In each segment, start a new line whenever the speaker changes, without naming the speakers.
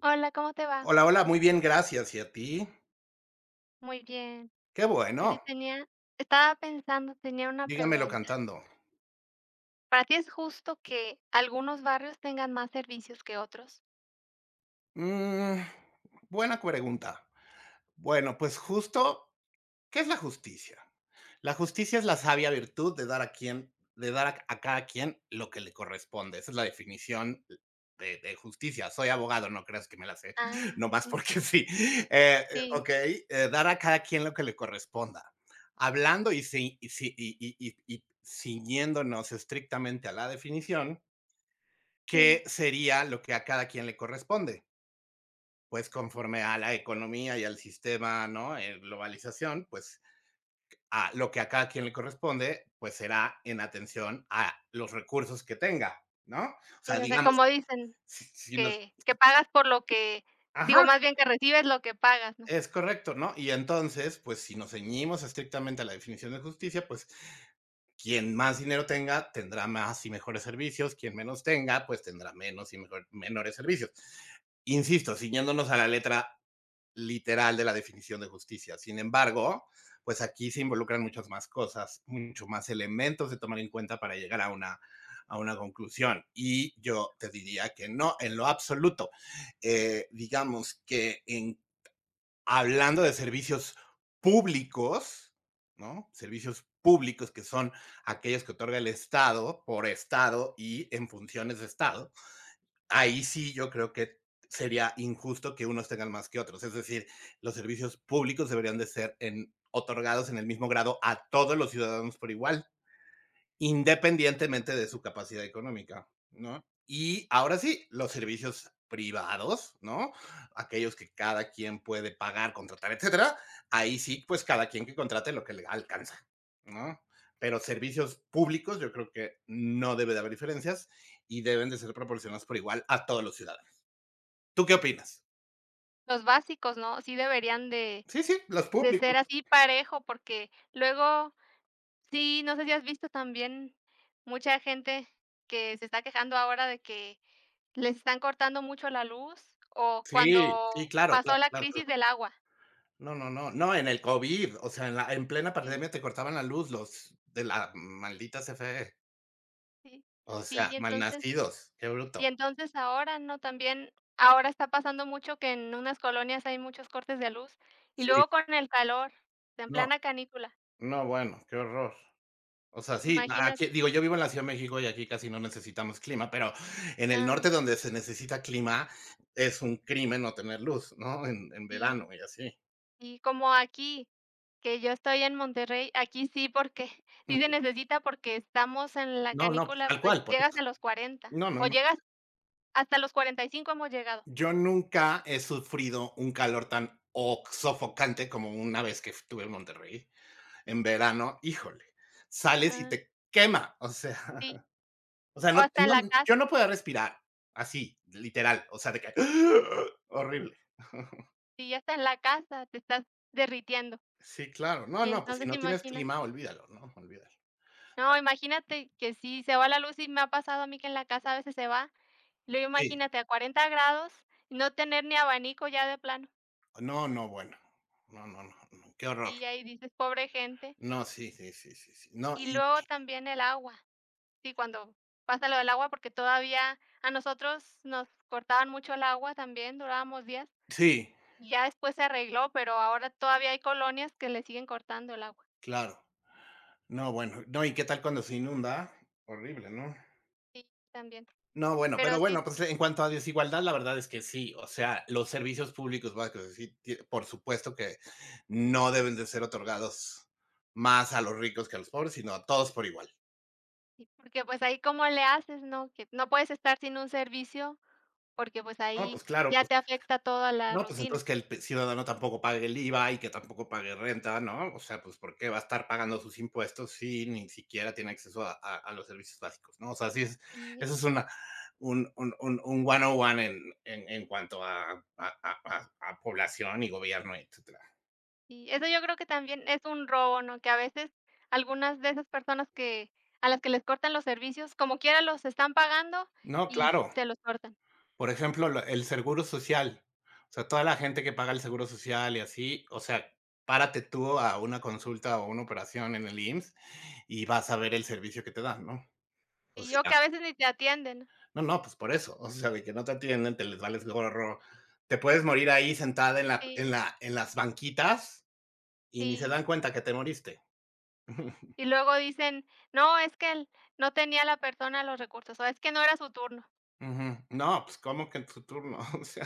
Hola, ¿cómo te va?
Hola, hola, muy bien, gracias, ¿y a ti?
Muy bien.
Qué
Oye,
bueno,
tenía estaba pensando, tenía una
dígamelo
pregunta.
cantando.
¿Para ti es justo que algunos barrios tengan más servicios que otros?
Mm, buena pregunta. Bueno, pues justo, ¿qué es la justicia? La justicia es la sabia virtud de dar a cada quien lo que le corresponde. Esa es la definición de justicia. Soy abogado, no creas que me la sé,
Ah,
nomás
sí,
porque sí. Eh,
sí,
okey, dar a cada quien lo que le corresponda. Hablando y si y si y y ciñéndonos estrictamente a la definición.
sí,
¿Qué sería lo que a cada quien le corresponde? Pues, conforme a la economía y al sistema, ¿no?, globalización, pues, a lo que a cada quien le corresponde, pues, será en atención a los recursos que tenga, ¿no? O sea,
sí, o sea,
digamos,
como dicen,
si nos,
que pagas por lo que
ajá,
digo, más bien que recibes lo que pagas, ¿no?
es correcto, ¿no? Y entonces, pues, si nos ceñimos estrictamente a la definición de justicia, pues, quien más dinero tenga, tendrá más y mejores servicios, quien menos tenga, pues, tendrá menos y mejor menores servicios. Insisto, ciñéndonos a la letra literal de la definición de justicia. Sin embargo, pues aquí se involucran muchas más cosas, muchos más elementos de tomar en cuenta para llegar a una conclusión. Y yo te diría que no, en lo absoluto. Digamos que hablando de servicios públicos, ¿no? Servicios públicos que son aquellos que otorga el Estado por Estado y en funciones de Estado. Ahí sí, yo creo que sería injusto que unos tengan más que otros. Es decir, los servicios públicos deberían de ser en otorgados en el mismo grado a todos los ciudadanos por igual independientemente de su capacidad económica, ¿no? Y ahora sí, los servicios privados, ¿no? Aquellos que cada quien puede pagar, contratar, etcétera. Ahí sí, pues cada quien que contrate lo que le alcanza, ¿no? Pero servicios públicos, yo creo que no debe de haber diferencias y deben de ser proporcionados por igual a todos los ciudadanos. ¿Tú qué opinas?
Los básicos, ¿no? Sí deberían de
Sí, sí, los
de
públicos.
ser así parejo, porque luego sí, no sé si has visto también mucha gente que se está quejando ahora de que ¿les están cortando mucho la luz? O
Sí, sí,
cuando
claro,
pasó
claro,
la
claro,
crisis
claro.
del agua.
No, no, no, no, en el COVID, o sea, en plena
Sí,
pandemia te cortaban la luz los de la maldita CFE,
sí.
o
Sí,
sea,
entonces
malnacidos, qué
y
bruto.
entonces ahora, ¿no? También ahora está pasando mucho que en unas colonias hay muchos cortes de luz, y
Sí,
luego con el calor, en
no,
plana canícula,
no, bueno, qué horror. O sea, sí,
imagínate.
aquí digo, yo vivo en la Ciudad de México y aquí casi no necesitamos clima, pero en el
Ah,
norte donde se necesita clima es un crimen no tener luz, ¿no? En verano
sí,
y así.
sí, como aquí, que yo estoy en Monterrey, aquí sí, porque sí se
Ujú.
necesita, porque estamos en la
No, no, pues,
canícula,
tal
pues
cual, por
llegas
eso.
a los 40
No, no,
o
no.
llegas hasta los 45 hemos llegado.
Yo nunca he sufrido un calor tan o sofocante como una vez que estuve en Monterrey. En verano, híjole, sales y
Ah,
te quema, o sea
sí.
o sea,
O
no
hasta en
no,
la casa,
yo no puedo respirar así, literal, o sea, de que horrible.
si ya está en la casa, te estás derritiendo.
Sí, claro. No,
Y
no, pues si
entonces
no tienes
imagínate
clima, olvídalo, ¿no? Olvídalo.
no, imagínate que si se va la luz, y me ha pasado a mí que en la casa a veces se va, y luego
Sí.
imagínate a 40 grados, no tener ni abanico ya de plano.
No, no, bueno. No, no, no, no, qué horror.
Y ahí dices: "Pobre gente".
No, sí, sí, sí, sí, sí. No,
Y
y
luego también el agua, sí, cuando pasa lo del agua, porque todavía a nosotros nos cortaban mucho el agua también, durábamos días,
sí,
y ya después se arregló, pero ahora todavía hay colonias que le siguen cortando el agua.
claro. No, bueno, no, ¿y qué tal cuando se inunda? Horrible, ¿no?
Sí, también.
No, bueno,
Pero
pero
sí
bueno, pues en cuanto a desigualdad, la verdad es que sí, o sea, los servicios públicos básicos, sí, por supuesto que no deben de ser otorgados más a los ricos que a los pobres, sino a todos por igual.
Sí, porque, pues, ahí cómo le haces, ¿no? Que no puedes estar sin un servicio, porque, pues,
No,
ahí
pues claro,
ya
pues
te afecta toda la
no, pues entonces
rutina.
que el ciudadano tampoco pague el IVA y que tampoco pague renta, ¿no? O sea, pues ¿por qué va a estar pagando sus impuestos si ni siquiera tiene acceso a los servicios básicos, ¿no? O sea, sí, es,
Y
eso es una, un 101 en, en cuanto a población y gobierno, etcétera.
y eso yo creo que también es un robo, ¿no? Que a veces algunas de esas personas que a las que les cortan los servicios, como quiera los están pagando
No,
y
claro.
se los cortan.
Por ejemplo, lo el seguro social. O sea, toda la gente que paga el seguro social y así, o sea, párate tú a una consulta o una operación en el IMSS y vas a ver el servicio que te dan, ¿no? O
Y yo que
sea,
a veces ni te atienden.
no, no, pues por eso, o sea, de que no te atienden, te les vales gorro, te puedes morir ahí sentada en la en
Sí,
la en las banquitas y ni se
sí.
dan cuenta que te moriste.
Y luego dicen: "No, es que el no tenía la persona los recursos", o "Es que no era su turno".
Ujú. No, pues, ¿como que en tu turno? O sea,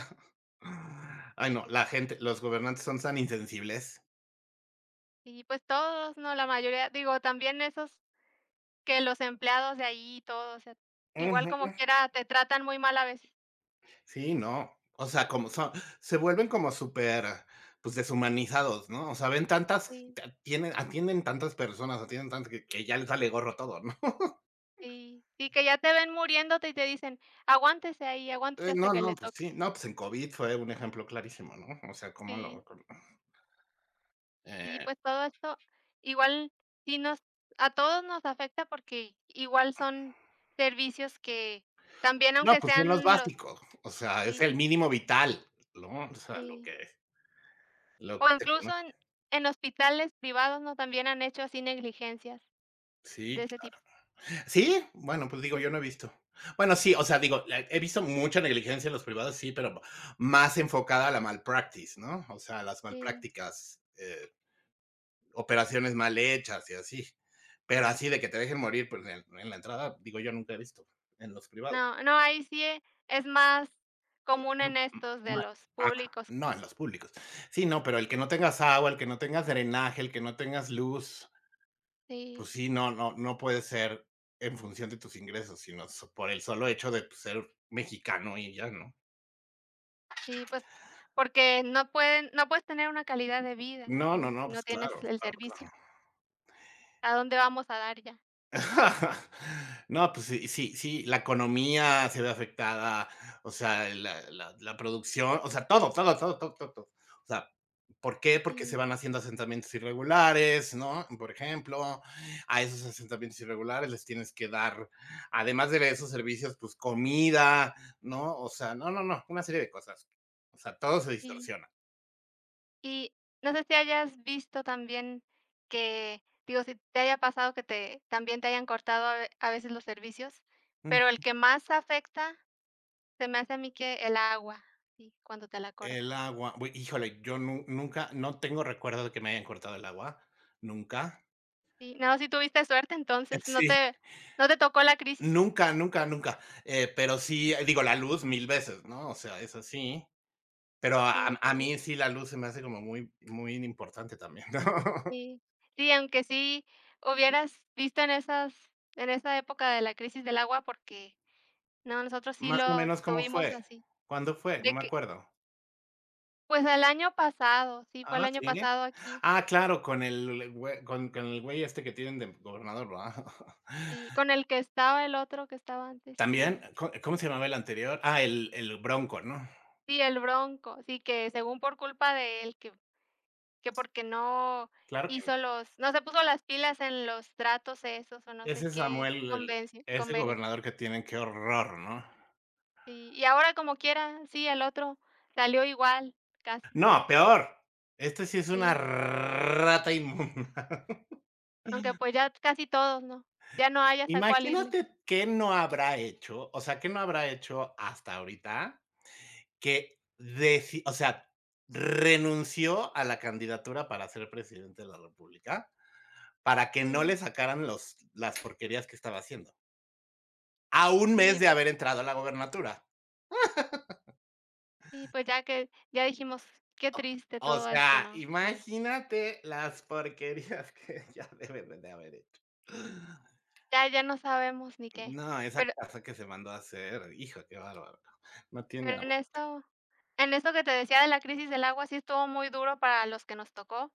ay
Y,
no, la
pues
gente los gobernantes son tan insensibles.
y, pues, todos, ¿no? La mayoría, digo, también esos que los empleados de ahí y todo, o sea, igual como
Ujú.
quiera te tratan muy mal a veces.
Sí, no. O sea, como son se vuelven como súper, pues, deshumanizados, ¿no? O sea, ven tantas
Sí,
te atienden tantas personas, atienden tantas que ya les vale gorro todo, ¿no?
sí, sí, que ya te ven muriéndote y te dicen: "Aguántese ahí, aguántese hasta
No,
que le
no, pues
toque".
sí. No, pues en COVID fue un ejemplo clarísimo, ¿no? O sea, cómo
Sí,
lo cómo
sí,
eh,
pues todo esto igual sí nos a todos nos afecta porque igual son servicios que también
no,
aunque
pues son los
sean los
básicos. O sea, es
sí,
el mínimo vital, ¿no? O sea, lo
sí,
que lo
o
que se
incluso
conoce.
en hospitales privados, ¿no? También han hecho así negligencias
Sí.
de ese tipo.
¿Sí? Bueno, pues digo, yo no he visto. Bueno, sí, o sea, digo, he visto mucha negligencia en los privados, sí, pero más enfocada a la malpractice, ¿no? O sea, las
Sí,
malprácticas, operaciones mal hechas y así. Pero
sí.
así de que te dejen morir pues, en la entrada, digo, yo nunca he visto en los privados.
No, no, ahí sí e es más común
Mm,
en
mm,
estos de
no,
los
ajá,
públicos
no,
que
en los públicos. Sí, no, pero el
sí,
que no tengas agua, el que no tengas drenaje, el que no tengas luz,
sí,
pues sí, no puede ser en función de tus ingresos, sino so por el solo hecho de, pues, ser mexicano y ya, ¿no?
sí, pues, porque no puedes tener una calidad de vida,
No, no,
¿no?
no,
Si no
pues
tienes
claro,
el
claro,
servicio,
claro.
¿a dónde vamos a dar ya?
No, pues sí, sí, sí, la economía se ve afectada, o sea, la producción, o sea, todo, todo, todo, todo, todo, todo. O sea, ¿por qué? Porque se
Sí,
van haciendo asentamientos irregulares, ¿no? Por ejemplo, a esos asentamientos irregulares les tienes que dar, además de esos servicios, pues comida, ¿no? O sea, no, no, no, una serie de cosas. O sea, todo se
sí.
distorsiona.
Y no sé si hayas visto también que, digo, si te haya pasado que te también te hayan cortado a veces los servicios,
Mm.
pero el que más afecta se me hace a mí que el agua, sí, cuando te la cortan.
El agua, bue híjole, yo nu nunca, no tengo recuerdo de que me hayan cortado el agua, nunca.
Sí, no, si tuviste suerte entonces,
Sí.
no te tocó la crisis.
Nunca, nunca, nunca, pero sí, digo, la luz mil veces, ¿no? O sea, eso sí, pero a
Sí,
a
pero
mí sí la luz se me hace como muy muy importante también, ¿no?
sí, sí, aunque sí hubieras visto en esa época de la crisis del agua, porque no, nosotros sí
Más o
lo
menos, ¿cómo
tuvimos
fue?
así,
¿Cuándo fue? No
de
me
que
acuerdo.
pues el año pasado, sí, fue el
Ah,
año
¿sí?
pasado aquí,
Ah, claro, con el güe con el güey este que tienen de gobernador, ¿verdad?
sí, con el que estaba el otro que estaba antes,
También,
sí.
¿co cómo se llamaba el anterior? Ah, el Bronco, ¿no?
Sí, el Bronco, sí, que según por culpa de él, que porque no
Claro que no.
hizo los no se puso las pilas en los tratos esos o no sé
Ese
qué
Samuel, el
convencio
ese
convenio.
gobernador que tienen, qué horror, ¿no?
Sí, y ahora como quiera, sí, el otro salió igual, casi,
No, peor. Este sí es una
sí.
rata inmunda.
Aunque, pues, ya casi todos, ¿no? Ya no hayas a cuál irle.
Imagínate qué no habrá hecho, o sea, qué no habrá hecho hasta ahorita que, o sea, renunció a la candidatura para ser presidente de la República para que no le
Sí,
sacaran las porquerías que estaba haciendo. A un
sí,
mes de
pues
haber entrado a la gobernatura.
sí, pues, ya que ya dijimos: "Qué triste
O
todo esto",
sea,
¿no? Pero sí,
imagínate las porquerías que ya deben de haber hecho.
ya no sabemos ni qué.
No, esa
Pero
casa que se mandó a hacer, hijo, qué bárbaro. No tiene
pero en
abuela.
eso En esto que te decía de la crisis del agua, sí estuvo muy duro para los que nos tocó,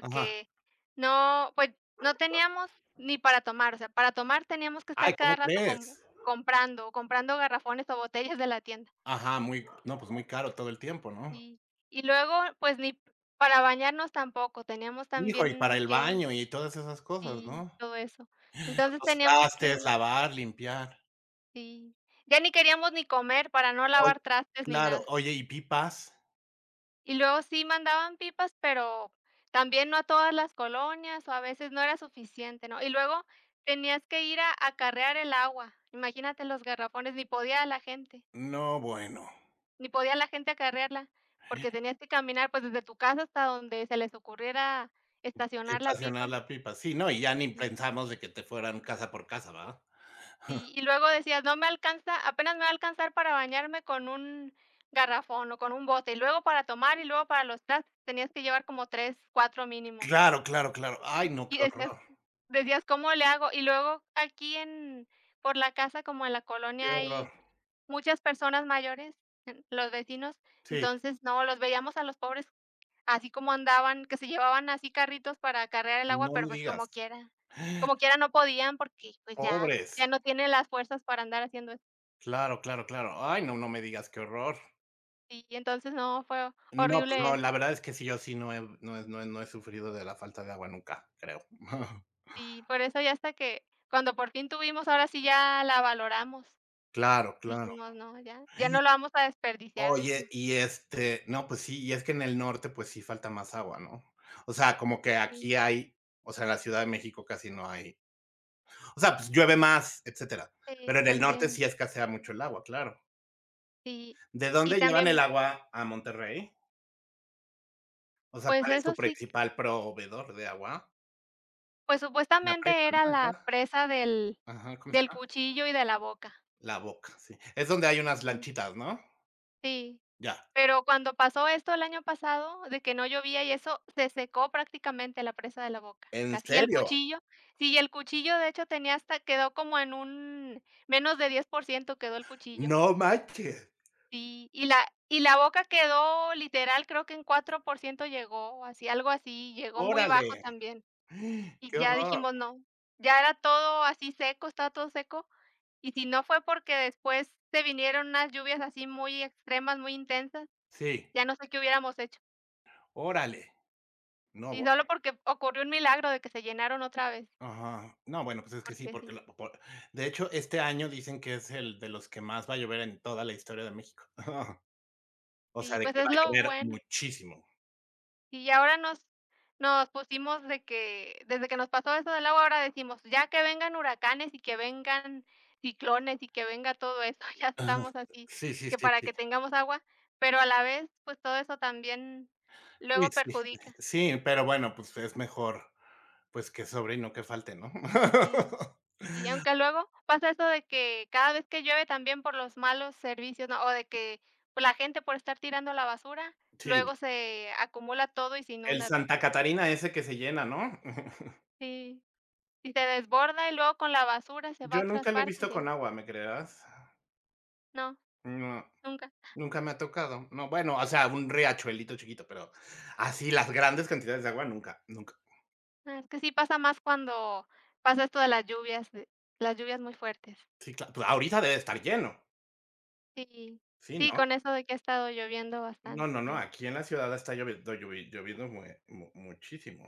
Ajá.
no, pues, no teníamos ni para tomar, o sea, para tomar teníamos que estar
Ay, ¿cómo
cada rato como
crees?
comprando, comprando garrafones o botellas de la tienda.
Ajá, muy no, pues, muy caro todo el tiempo, ¿no?
Y y luego, pues, ni para bañarnos tampoco, teníamos
Hijo, y para
también
el
que
baño y todas esas cosas,
sí,
¿no?
todo eso. Entonces,
Los
teníamos
trastes,
que
lavar, limpiar.
sí, ya ni queríamos ni comer para no
Oy
lavar trastes ni
claro.
nada.
Oye, ¿y pipas?
Y luego sí mandaban pipas, pero también no a todas las colonias, o a veces no era suficiente, ¿no? Y luego tenías que ir a acarrear el agua. Imagínate los garrafones, ni podía la gente,
No, bueno.
ni podía la gente acarrearla, porque tenías que caminar, pues, desde tu casa hasta donde se les ocurriera estacionar la
Estacionar
pipa.
la pipa. Sí, no, y ya ni
Sí,
pensamos de que te fueran casa por casa, ¿va?
sí. Y luego decías: "No me alcanza, apenas me va a alcanzar para bañarme con un garrafón o con un bote, y luego para tomar, y luego para los trastes", tenías que llevar como 3 4 mínimo.
Claro, claro, claro. Ay, no, qué
Y decías
horror,
decías: "¿Cómo le hago?". Y luego aquí en por la casa, como en la
qué
colonia,
horror.
hay muchas personas mayores, en- los vecinos.
Sí,
Entonces, no, los veíamos a los pobres así como andaban, que se llevaban así carritos para cargar el agua,
no
pero,
me
pues,
digas.
como quiera no podían porque, pues, ya
Pobres.
no tienen las fuerzas para andar haciendo eso.
Claro, claro, claro. Ay, no, no me digas, qué horror.
Y entonces no, fue
No, pues
horrible
no, la
eso.
verdad es que sí, yo sí no he sufrido de la falta de agua nunca, creo.
Y por eso ya hasta que cuando por fin tuvimos, ahora sí ya la valoramos.
Claro, claro.
Dijimos: "No, ya no lo vamos a desperdiciar",
Oye,
dijimos.
y, este, no, pues sí, y es que en el norte, pues sí falta más agua, ¿no? O sea, como que
Sí,
aquí hay, o sea, en la Ciudad de México casi no hay, o sea, pues llueve más, etcétera, pero
sí,
en el norte
también,
sí escasea mucho el agua, claro.
sí.
¿De
Y
dónde llevan el
también,
agua a Monterrey? O sea,
pues
¿cuál es su
eso sí,
principal proveedor de agua?
pues
La presa,
supuestamente era
¿no?
la
Esa.
presa
Ajá, ¿cómo se
del
llama?
cuchillo y de la boca.
La Boca, sí. Es donde hay unas
Sí.
lanchitas, ¿no?
Sí,
Ya.
pero cuando pasó esto el año pasado, de que no llovía y eso, se secó prácticamente la presa de la boca,
¿En
casi. Y el
serio?
cuchillo, sí, y el cuchillo de hecho tenía hasta quedó como en un menos de 10% quedó el cuchillo.
No manches.
Sí, y la boca quedó literal, creo que en 4% llegó, así, algo así, llegó muy bajo
Órale.
también. Y
Qué
ya
horror.
dijimos: "No". Ya era todo así seco, estaba todo seco, y si no fue porque después se vinieron unas lluvias así muy extremas, muy intensas,
Sí.
ya no sé qué hubiéramos hecho.
Órale. No,
Y
bu
solo porque ocurrió un milagro de que se llenaron otra vez,
ajá. No, bueno, pues es que sí,
porque
porque
sí.
la por de hecho, este año dicen que es el de los que más va a llover en toda la historia de México. O sea,
Sí,
de
pues
que
es
va a
lo
llover
bueno.
muchísimo.
Y ahora nos pusimos de que desde que nos pasó eso del agua, ahora decimos: "Ya que vengan huracanes y que vengan ciclones y que venga todo eso", ya
Ajá.
estamos así,
Sí, sí,
que
sí,
para
sí.
que tengamos agua, pero a la vez, pues, todo eso también
Sí,
luego
sí.
perjudica.
Sí, pero bueno, pues es mejor, pues, que sobre y no que falte, ¿no?
y y aunque luego pasa eso de que cada vez que llueve también por los malos servicios, ¿no? O de que, pues, la gente por estar tirando la basura,
Sí.
luego se acumula todo y se
El
inunda todo.
Santa Catarina ese que se llena, ¿no?
Sí. Y se desborda y luego con la basura se va a
Yo
otras
nunca lo he
partes
visto
y
con
ahí
agua, ¿me creerás?
no,
No,
nunca.
nunca me ha tocado. No, bueno, o sea, un riachuelito chiquito, pero así las grandes cantidades de agua nunca, nunca.
Ah, es que sí pasa más cuando pasa esto de las lluvias muy fuertes.
Sí, claro, pues ahorita debe estar lleno,
Sí,
¿sí,
sí,
no?
con eso de que ha estado lloviendo
No,
bastante,
no, no,
sí.
aquí en la ciudad está lloviendo mue mu muchísimo.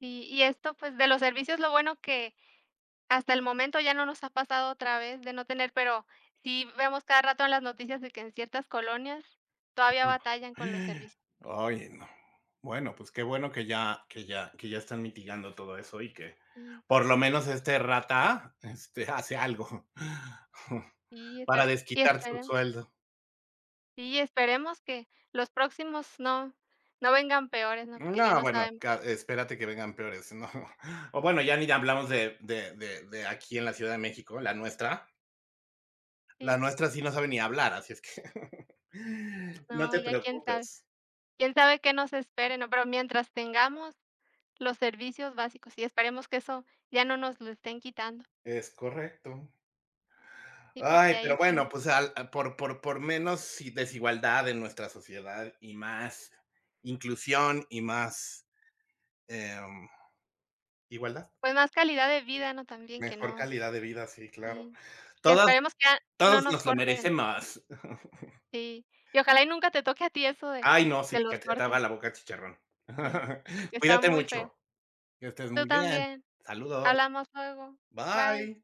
Sí, y esto, pues, de los servicios, lo bueno que hasta el momento ya no nos ha pasado otra vez de no tener, pero sí vemos cada rato en las noticias de que en ciertas colonias todavía batallan con los servicios.
Oye, no. Bueno, pues qué bueno que ya están mitigando todo eso y que
Sí,
por lo menos este rata, este, hace algo
sí,
para
espe y
desquitar su
esperemos
sueldo.
que los próximos no vengan peores, ¿no? Porque ya
No,
no
bueno,
sabemos.
ca espérate que vengan peores, no. O bueno, ya ni hablamos de aquí en la Ciudad de México, la nuestra.
Sí,
La
pues,
nuestra sí no sabe ni hablar, así es que no
no,
te
ya quién sabe.
preocupes.
Quién sabe qué nos espere, ¿no? Pero mientras tengamos los servicios básicos, y esperemos que eso ya no nos lo estén quitando.
Es correcto.
Sí, porque
Ay,
ahí
pero bueno,
sí,
pues, al a por menos y desigualdad en nuestra sociedad y más inclusión y más, em, igualdad,
pues, más calidad de vida, ¿no? También que
mejor
no
calidad de vida, sí, claro.
sí, que
Todos
esperemos que ya no
todos
nos
nos lo
corten.
merecemos.
Sí, y ojalá y nunca te toque a ti eso
Ay, no, sí,
de
que
los
te haga
cortes.
la boca chicharrón.
Sí, porque está
Cuídate
muy feo.
mucho, que estés
Tú
muy bien.
también.
Saludos.
Hablamos luego. Bye.
Bye.